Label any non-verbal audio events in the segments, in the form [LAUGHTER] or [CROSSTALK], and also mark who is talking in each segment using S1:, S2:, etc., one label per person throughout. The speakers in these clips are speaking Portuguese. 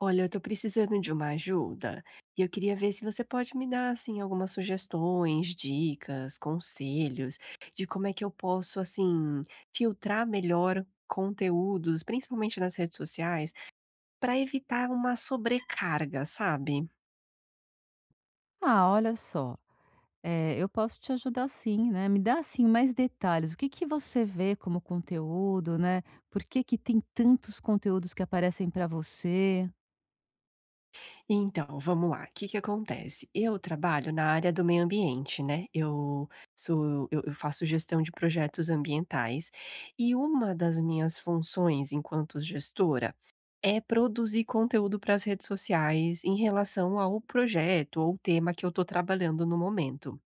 S1: Olha, eu tô precisando de uma ajuda e eu queria ver se você pode me dar, assim, algumas sugestões, dicas, conselhos de como é que eu posso, assim, filtrar melhor conteúdos, principalmente nas redes sociais, para evitar uma sobrecarga, sabe?
S2: Ah, olha só, eu posso te ajudar sim, né. Me dá, assim, mais detalhes, o que que você vê como conteúdo, né, por que que tem tantos conteúdos que aparecem para você?
S1: Então, vamos lá. O que que acontece? Eu trabalho na área do meio ambiente, né? Eu faço gestão de projetos ambientais e uma das minhas funções enquanto gestora é produzir conteúdo para as redes sociais em relação ao projeto ou tema que eu estou trabalhando no momento.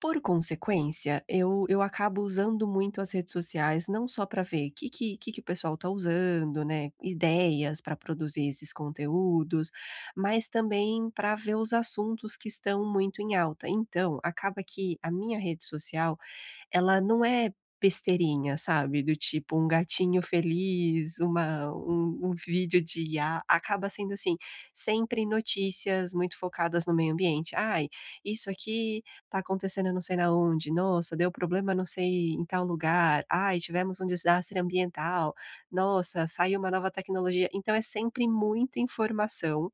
S1: Por consequência, eu acabo usando muito as redes sociais, não só para ver o que o pessoal está usando, né, ideias para produzir esses conteúdos, mas também para ver os assuntos que estão muito em alta. Então, acaba que a minha rede social ela não é besteirinha, sabe, do tipo um gatinho feliz, uma um um vídeo de IA, acaba sendo, assim, sempre notícias muito focadas no meio ambiente. "Ai, isso aqui tá acontecendo não sei na onde. Nossa, deu problema não sei em tal lugar. Ai, tivemos um desastre ambiental. Nossa, saiu uma nova tecnologia". Então é sempre muita informação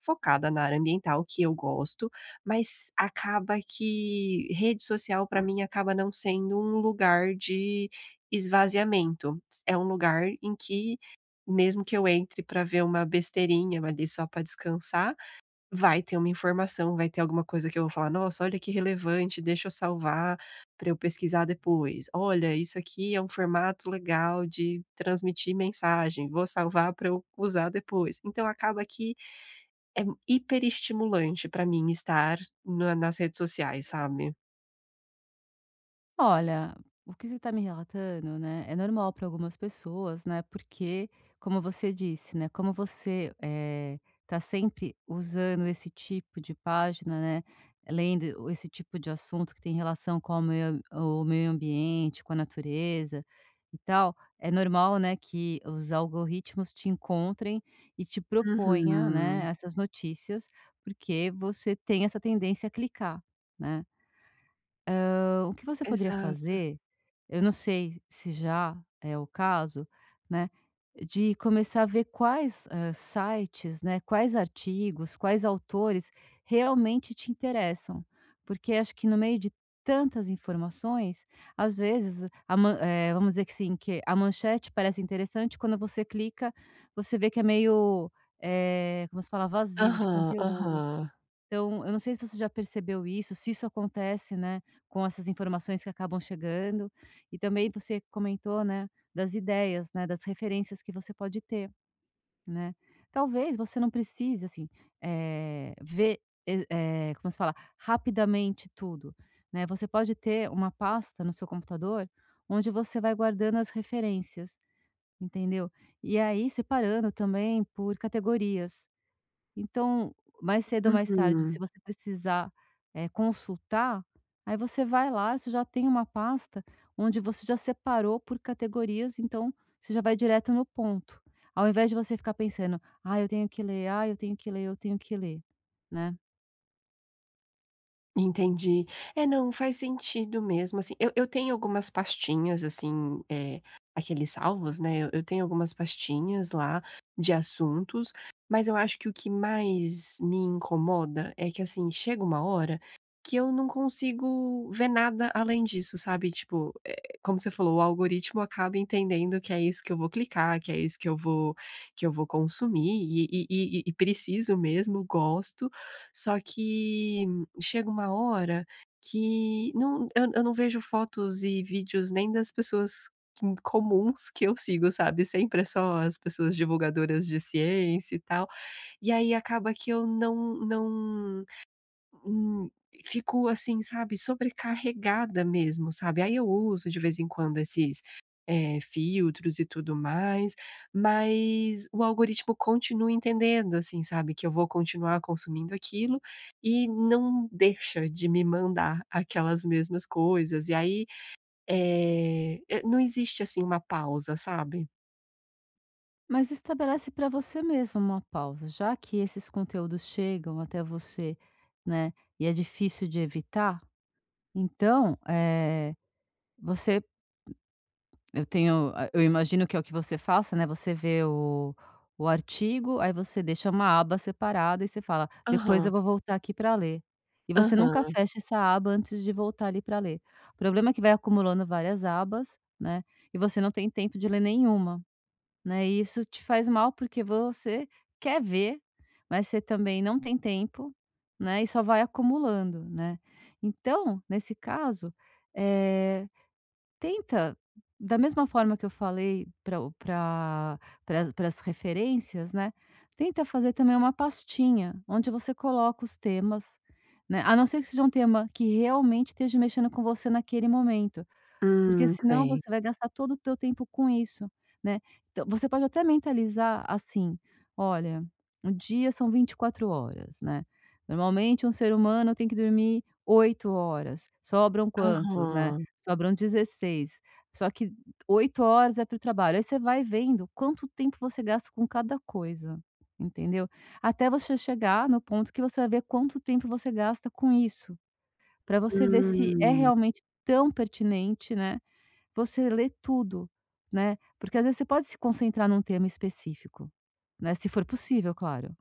S1: focada na área ambiental, que eu gosto, mas acaba que rede social para mim acaba não sendo um lugar de esvaziamento. É um lugar em que, mesmo que eu entre para ver uma besteirinha ali só para descansar, vai ter uma informação, vai ter alguma coisa que eu vou falar: "Nossa, olha que relevante, deixa eu salvar para eu pesquisar depois. Olha, isso aqui é um formato legal de transmitir mensagem, vou salvar para eu usar depois". Então acaba que é hiperestimulante pra mim estar na nas redes sociais, sabe?
S2: Olha, o que você está me relatando, né, é normal para algumas pessoas, né, porque, como você disse, né, como você está sempre usando esse tipo de página, né, lendo esse tipo de assunto que tem relação com o meio ambiente, com a natureza e tal, é normal, né, que os algoritmos te encontrem e te proponha,
S1: Uhum.
S2: né, essas notícias, porque você tem essa tendência a clicar, né? O que você poderia
S1: Exato.
S2: fazer, eu não sei se já é o caso, né, de começar a ver quais, sites, né, quais artigos, quais autores realmente te interessam. Porque acho que no meio de tantas informações, às vezes, vamos dizer que sim, que a manchete parece interessante, quando você clica, você vê que é meio, como se fala? Vazio de
S1: Aham,
S2: conteúdo.
S1: aham.
S2: Então, eu não sei se você já percebeu isso, se isso acontece, né, com essas informações que acabam chegando, e também você comentou, né, das ideias, né, das referências que você pode ter, né. Talvez você não precise, assim, ver, como se fala? Rapidamente tudo, né. Você pode ter uma pasta no seu computador, onde você vai guardando as referências, entendeu. E aí separando também por categorias. Então, mais cedo ou mais tarde, se
S1: Uhum.
S2: você precisar, consultar, aí você vai lá, você já tem uma pasta onde você já separou por categorias, então você já vai direto no ponto. Ao invés de você ficar pensando: "Ah, eu tenho que ler, ah, eu tenho que ler, eu tenho que ler", né.
S1: Entendi. É, não, faz sentido mesmo, assim, eu tenho algumas pastinhas, assim, aqueles salvos, né, eu tenho algumas pastinhas lá de assuntos, mas eu acho que o que mais me incomoda é que, assim, chega uma hora que eu não consigo ver nada além disso, sabe, tipo, como você falou, o algoritmo acaba entendendo que é isso que eu vou clicar, que é isso que eu vou consumir e preciso mesmo, gosto, só que chega uma hora que não eu não vejo fotos e vídeos nem das pessoas que comuns que eu sigo, sabe, sempre é só as pessoas divulgadoras de ciência e tal, e aí acaba que eu não Hum, fico assim, sabe, sobrecarregada mesmo, sabe. Aí eu uso de vez em quando esses, filtros e tudo mais, mas o algoritmo continua entendendo, assim, sabe, que eu vou continuar consumindo aquilo e não deixa de me mandar aquelas mesmas coisas. E aí, e não existe, assim, uma pausa, sabe.
S2: Mas estabelece para você mesmo uma pausa, já que esses conteúdos chegam até você, né, e é difícil de evitar, então, eh, você Eu tenho a eu imagino que é o que você faça, né, você vê o artigo, aí você deixa uma aba separada e você fala: "Depois
S1: Aham,
S2: eu vou voltar aqui para ler". E você nunca
S1: aham.
S2: fecha essa aba antes de voltar ali para ler. O problema é que vai acumulando várias abas, né, e você não tem tempo de ler nenhuma, né, e isso te faz mal, porque você quer ver, mas você também não tem tempo, né, e só vai acumulando, né. Então, nesse caso, eh Tenta, da mesma forma que eu falei pra o para as referências, né, tenta fazer também uma pastinha onde você coloca os temas, né, a não ser que seja um tema que realmente esteja mexendo com você naquele momento. Porque senão
S1: Sei.
S2: você vai gastar todo o teu tempo com isso, né. Então você pode até mentalizar assim: "Olha, o dia são 24 horas, né. Normalmente um ser humano tem que dormir 8 horas, sobram quantos, né?
S1: Aham.
S2: Sobram 16. Só que 8 horas é para o trabalho". Aí você vai vendo quanto tempo você gasta com cada coisa, entendeu? Até você chegar no ponto que você vai ver quanto tempo você gasta com isso, para você ver se é
S1: Hum.
S2: realmente tão pertinente, né, você lê tudo, né, porque às vezes você pode se concentrar num tema específico, né, se for possível, claro.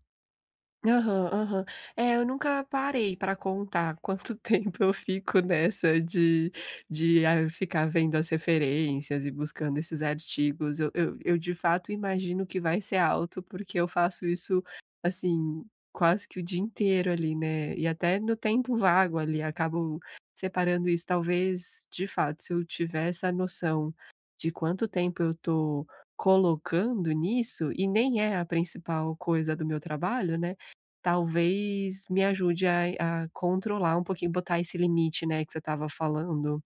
S1: Aham, aham. É, eu nunca parei pra contar quanto [LAUGHS] tempo eu fico nessa de ficar vendo as referências e buscando esses artigos. Eu de fato imagino que vai ser alto, porque eu faço isso, assim, quase que o dia inteiro ali, né, e até no tempo vago ali, acabo separando isso. Talvez, de fato, se eu tiver essa noção de quanto tempo eu tô colocando nisso, e nem é a principal coisa do meu trabalho, né. Talvez me ajude a controlar um pouquinho, botar esse limite, né, que você estava falando.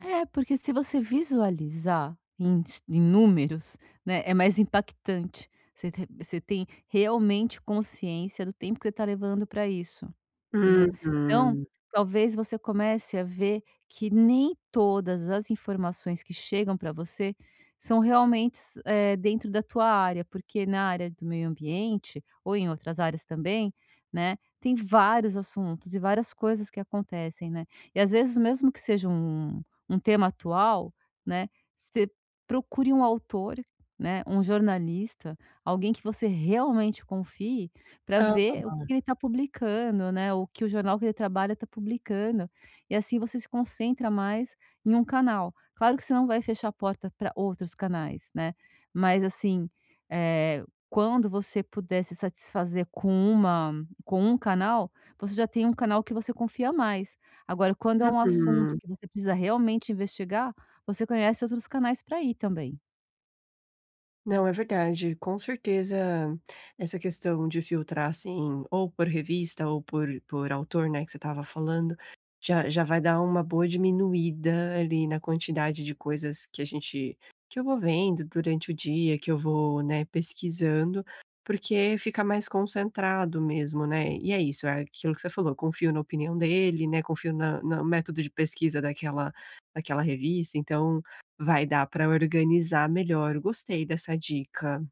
S2: É, porque se você visualizar em s em números, né, é mais impactante. Você tem realmente consciência do tempo que você está levando para isso. Você entendeu. Então,
S1: Uhum.
S2: talvez você comece a ver que nem todas as informações que chegam para você são realmentes, dentro da tua área, porque na área do meio ambiente ou em outras áreas também, né, tem vários assuntos e várias coisas que acontecem, né. E às vezes mesmo que seja um tema atual, né, você procure um autor, né, um jornalista, alguém que você realmente confie, para
S1: Hã.
S2: ver o que que ele está publicando, né, o que o jornal que ele trabalha está publicando, e assim você se concentra mais em um canal. Claro que você não vai fechar a porta para outros canais, né, mas assim, eh, quando você puder se satisfazer com uma com um canal, você já tem um canal que você confia mais. Agora, quando é um assunto
S1: Uhum.
S2: que você precisa realmente investigar, você conhece outros canais para ir também.
S1: Não, é verdade. Com certeza, essa questão de filtrar, assim, ou por revista ou por autor, né, que você estava falando, já vai dar uma boa diminuída ali na quantidade de coisas que a gente que eu vou vendo durante o dia, que eu vou, né, pesquisando, porque fica mais concentrado mesmo, né. E é isso, é aquilo que você falou, confio na opinião dele, né, confio na na método de pesquisa daquela revista, então vai dar para organizar melhor, gostei dessa dica.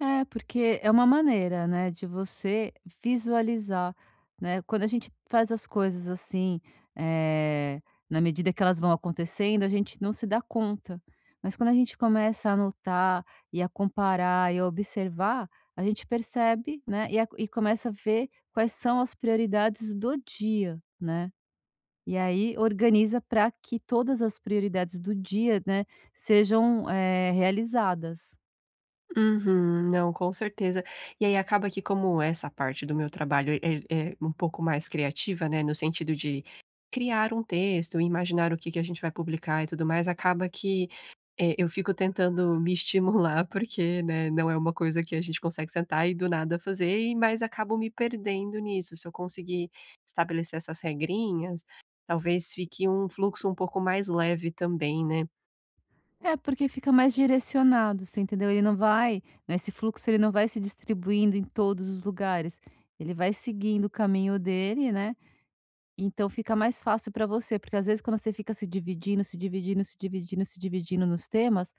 S2: É, porque é uma maneira, né, de você visualizar, né? Quando a gente faz as coisas assim, eh, na medida que elas vão acontecendo, a gente não se dá conta. Mas quando a gente começa a anotar e a comparar e a observar, a gente percebe, né, e começa a ver quais são as prioridades do dia, né? E aí organiza para que todas as prioridades do dia, né, sejam, realizadas.
S1: Uhum, não, com certeza. E aí acaba que como essa parte do meu trabalho é um pouco mais criativa, né, no sentido de criar um texto, imaginar o que que a gente vai publicar e tudo mais, acaba que, eu fico tentando me [LAUGHS] estimular, porque, né, não é uma coisa que a gente consegue sentar e do nada fazer e mas acabo me perdendo nisso. Se eu conseguir estabelecer essas regrinhas, talvez fique um fluxo um pouco mais leve também, né.
S2: É, porque fica mais direcionado, você entendeu? Ele não vai né, esse fluxo ele não vai se distribuindo em todos os lugares, ele vai seguindo o caminho dele, né, então fica mais fácil para você, porque às vezes quando você fica se dividindo, se dividindo, se dividindo, se dividindo nos temas,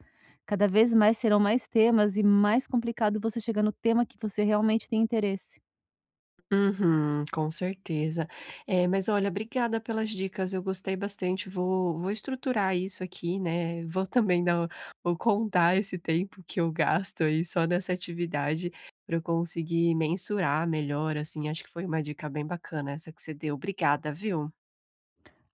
S2: cada vez mais serão mais temas e mais complicado você chegar no tema que você realmente tem interesse.
S1: Uhum, com certeza. Mas olha, obrigada pelas dicas, eu gostei bastante, vou estruturar isso aqui, né, vou também dar vou contar esse tempo que eu gasto aí só nessa atividade, para eu conseguir mensurar melhor, assim, acho que foi uma dica bem bacana essa que você deu. Obrigada, viu?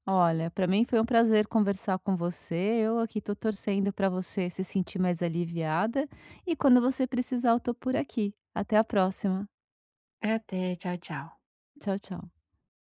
S2: Olha, para mim foi um prazer conversar com você. Eu aqui tô torcendo para você se sentir mais aliviada e quando você precisar, eu tô por aqui. Até a próxima.
S1: Até, tchau, tchau.
S2: Tchau, tchau.